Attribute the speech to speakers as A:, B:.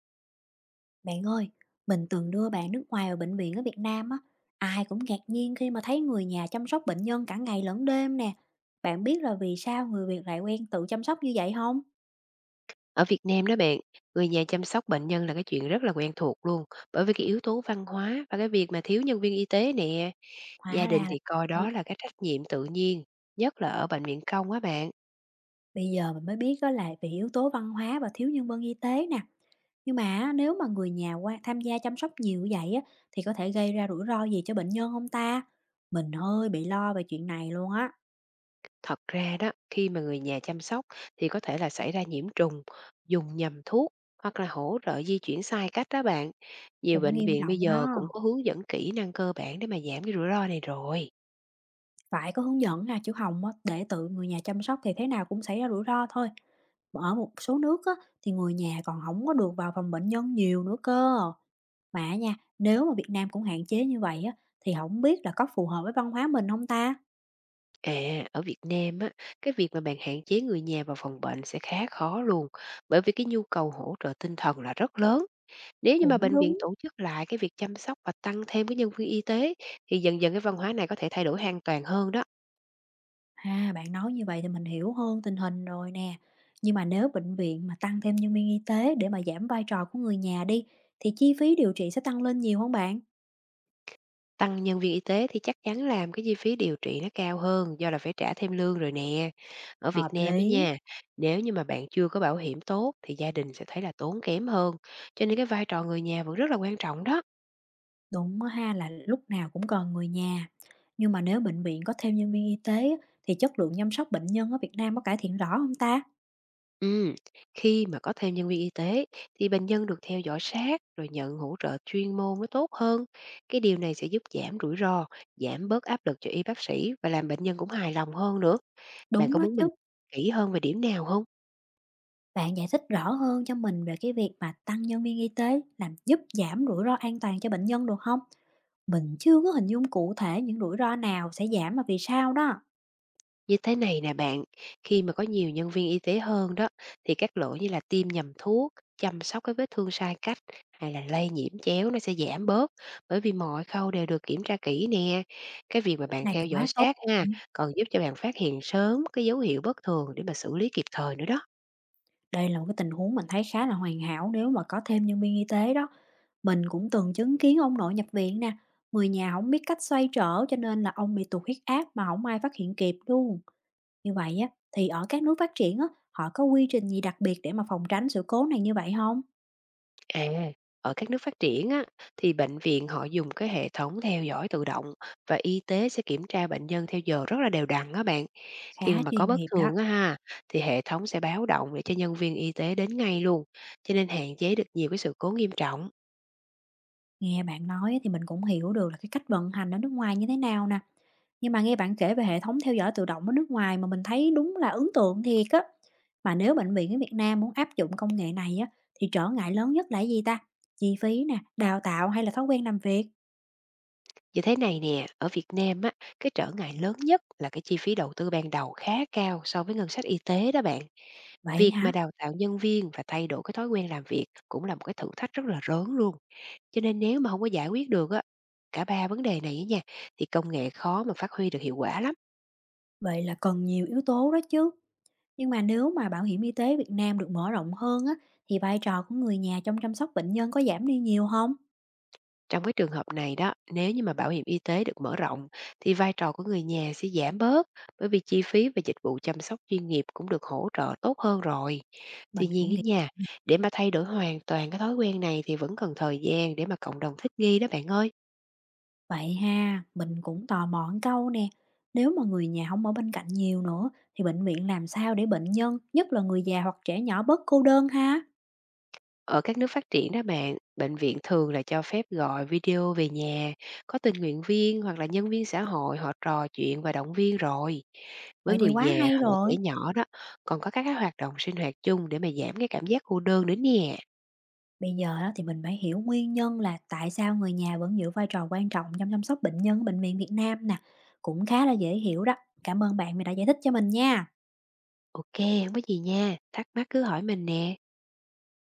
A: Bạn ơi, mình từng đưa bạn nước ngoài vào bệnh viện ở Việt Nam á, ai cũng ngạc nhiên khi mà thấy người nhà chăm sóc bệnh nhân cả ngày lẫn đêm nè. Bạn biết là vì sao người Việt lại quen tự chăm sóc như vậy không?
B: Ở Việt Nam đó bạn, người nhà chăm sóc bệnh nhân là cái chuyện rất là quen thuộc luôn, bởi vì cái yếu tố văn hóa và cái việc mà thiếu nhân viên y tế nè,
A: Hóa
B: gia
A: ra
B: đình
A: là
B: thì coi
A: vậy.
B: đó là cái trách nhiệm tự nhiên, nhất là ở bệnh viện công á bạn.
A: Bây giờ mình mới biết đó là vì yếu tố văn hóa và thiếu nhân viên y tế nè. Nhưng mà á, nếu mà người nhà qua tham gia chăm sóc nhiều như vậy á, thì có thể gây ra rủi ro gì cho bệnh nhân không ta? Mình hơi bị lo về chuyện này luôn á,
B: Thật ra đó, khi mà người nhà chăm sóc thì có thể là xảy ra nhiễm trùng, dùng nhầm thuốc hoặc là hỗ trợ di chuyển sai cách đó bạn. Nhiều
A: cũng
B: bệnh
A: nghiêm
B: viện bây
A: trọng
B: giờ cũng
A: đó.
B: có hướng dẫn kỹ năng cơ bản để mà giảm cái rủi ro này rồi.
A: Phải có hướng dẫn ha, chứ hồng á, để tự người nhà chăm sóc thì thế nào cũng xảy ra rủi ro thôi. Ở một số nước á, thì người nhà còn không có được vào phòng bệnh nhân nhiều nữa cơ. Mà nha, nếu mà Việt Nam cũng hạn chế như vậy á, thì không biết là có phù hợp với văn hóa mình không ta?
B: À, ở Việt Nam á, cái việc mà bạn hạn chế người nhà vào phòng bệnh sẽ khá khó luôn, bởi vì cái nhu cầu hỗ trợ tinh thần là rất lớn. Nếu như mà
A: Cũng
B: bệnh viện
A: đúng.
B: tổ chức lại cái việc chăm sóc và tăng thêm cái nhân viên y tế thì dần dần cái văn hóa này có thể thay đổi hoàn toàn hơn đó.
A: À, bạn nói như vậy thì mình hiểu hơn tình hình rồi nè. Nhưng mà nếu bệnh viện mà tăng thêm nhân viên y tế để mà giảm vai trò của người nhà đi, thì chi phí điều trị sẽ tăng lên nhiều không bạn?
B: Tăng nhân viên y tế thì chắc chắn làm cái chi phí điều trị nó cao hơn do là phải trả thêm lương rồi nè. Ở Việt
A: Hợp
B: Nam ấy
A: lý.
B: nha, nếu như mà bạn chưa có bảo hiểm tốt thì gia đình sẽ thấy là tốn kém hơn, cho nên cái vai trò người nhà vẫn rất là quan trọng đó.
A: Đúng á ha, là lúc nào cũng cần người nhà, nhưng mà nếu bệnh viện có thêm nhân viên y tế á, thì chất lượng chăm sóc bệnh nhân ở Việt Nam có cải thiện rõ không ta?
B: Ừm, khi mà có thêm nhân viên y tế thì bệnh nhân được theo dõi sát rồi nhận hỗ trợ chuyên môn mới tốt hơn. Cái điều này sẽ giúp giảm rủi ro, giảm bớt áp lực cho y bác sĩ và làm bệnh nhân cũng hài lòng hơn nữa. Bạn
A: Đúng
B: có
A: đó
B: muốn mình
A: chứ.
B: kỹ hơn về điểm nào không?
A: Bạn giải thích rõ hơn cho mình về cái việc mà tăng nhân viên y tế làm giúp giảm rủi ro an toàn cho bệnh nhân được không? Mình chưa có hình dung cụ thể những rủi ro nào sẽ giảm và vì sao đó.
B: Như thế này nè bạn, khi mà có nhiều nhân viên y tế hơn đó, thì các lỗi như là tiêm nhầm thuốc, chăm sóc cái vết thương sai cách hay là lây nhiễm chéo nó sẽ giảm bớt, bởi vì mọi khâu đều được kiểm tra kỹ nè. Cái việc mà
A: Cái
B: bạn
A: này
B: theo
A: thì
B: dõi
A: quá tốt.
B: sát ha, còn giúp cho bạn phát hiện sớm cái dấu hiệu bất thường để mà xử lý kịp thời nữa đó.
A: Đây là một cái tình huống mình thấy khá là hoàn hảo nếu mà có thêm nhân viên y tế đó. Mình cũng từng chứng kiến ông nội nhập viện nè, người nhà không biết cách xoay trở cho nên là ông bị tụt huyết áp mà không ai phát hiện kịp luôn. Như vậy á, thì ở các nước phát triển á, họ có quy trình gì đặc biệt để mà phòng tránh sự cố này như vậy không?
B: À, ở các nước phát triển á, thì bệnh viện họ dùng cái hệ thống theo dõi tự động và y tế sẽ kiểm tra bệnh nhân theo giờ rất là đều đặn á bạn. Khi
A: Khá
B: mà có
A: chuyên
B: bất
A: nghiệp đó,
B: thường á ha, thì hệ thống sẽ báo động để cho nhân viên y tế đến ngay luôn, cho nên hạn chế được nhiều cái sự cố nghiêm trọng.
A: nghe bạn nói thì mình cũng hiểu được là cái cách vận hành ở nước ngoài như thế nào nè. Nhưng mà nghe bạn kể về hệ thống theo dõi tự động ở nước ngoài mà mình thấy đúng là ấn tượng thiệt á. Mà nếu bệnh viện ở Việt Nam muốn áp dụng công nghệ này á, thì trở ngại lớn nhất là cái gì ta? Chi phí nè, đào tạo hay là thói quen làm việc?
B: Như thế này nè, ở Việt Nam á, cái trở ngại lớn nhất là cái chi phí đầu tư ban đầu khá cao so với ngân sách y tế đó bạn.
A: Vậy
B: Việc mà
A: hả?
B: đào tạo nhân viên và thay đổi cái thói quen làm việc cũng là một cái thử thách rất là lớn luôn. Cho nên nếu mà không có giải quyết được á, cả ba vấn đề này á nha, thì công nghệ khó mà phát huy được hiệu quả lắm.
A: Vậy là cần nhiều yếu tố đó chứ. Nhưng mà nếu mà bảo hiểm y tế Việt Nam được mở rộng hơn á, thì vai trò của người nhà trong chăm sóc bệnh nhân có giảm đi nhiều không?
B: Trong cái trường hợp này đó, nếu như mà bảo hiểm y tế được mở rộng thì vai trò của người nhà sẽ giảm bớt, bởi vì chi phí và dịch vụ chăm sóc chuyên nghiệp cũng được hỗ trợ tốt hơn rồi. Tuy
A: Mình
B: nhiên
A: cũng
B: á
A: nghĩ.
B: nha, để mà thay đổi hoàn toàn cái thói quen này thì vẫn cần thời gian để mà cộng đồng thích nghi đó bạn ơi.
A: Vậy ha, mình cũng tò mò một câu nè. Nếu mà người nhà không ở bên cạnh nhiều nữa, thì bệnh viện làm sao để bệnh nhân, nhất là người già hoặc trẻ nhỏ bớt cô đơn ha?
B: Ở các nước phát triển đó bạn, bệnh viện thường là cho phép gọi video về nhà, có tình nguyện viên hoặc là nhân viên xã hội họ trò chuyện và động viên rồi. Với
A: Vậy thì
B: người
A: quá
B: già
A: hay
B: hoặc là trẻ
A: rồi.
B: nhỏ đó, còn có các cái hoạt động sinh hoạt chung để mà giảm cái cảm giác cô đơn nữa nè.
A: Bây giờ đó thì mình phải hiểu nguyên nhân là tại sao người nhà vẫn giữ vai trò quan trọng trong chăm sóc bệnh nhân ở Bệnh viện Việt Nam nè. Cũng khá là dễ hiểu đó. Cảm ơn bạn vì đã giải thích cho mình nha.
B: Ok, không có gì nha, thắc mắc cứ hỏi mình nè.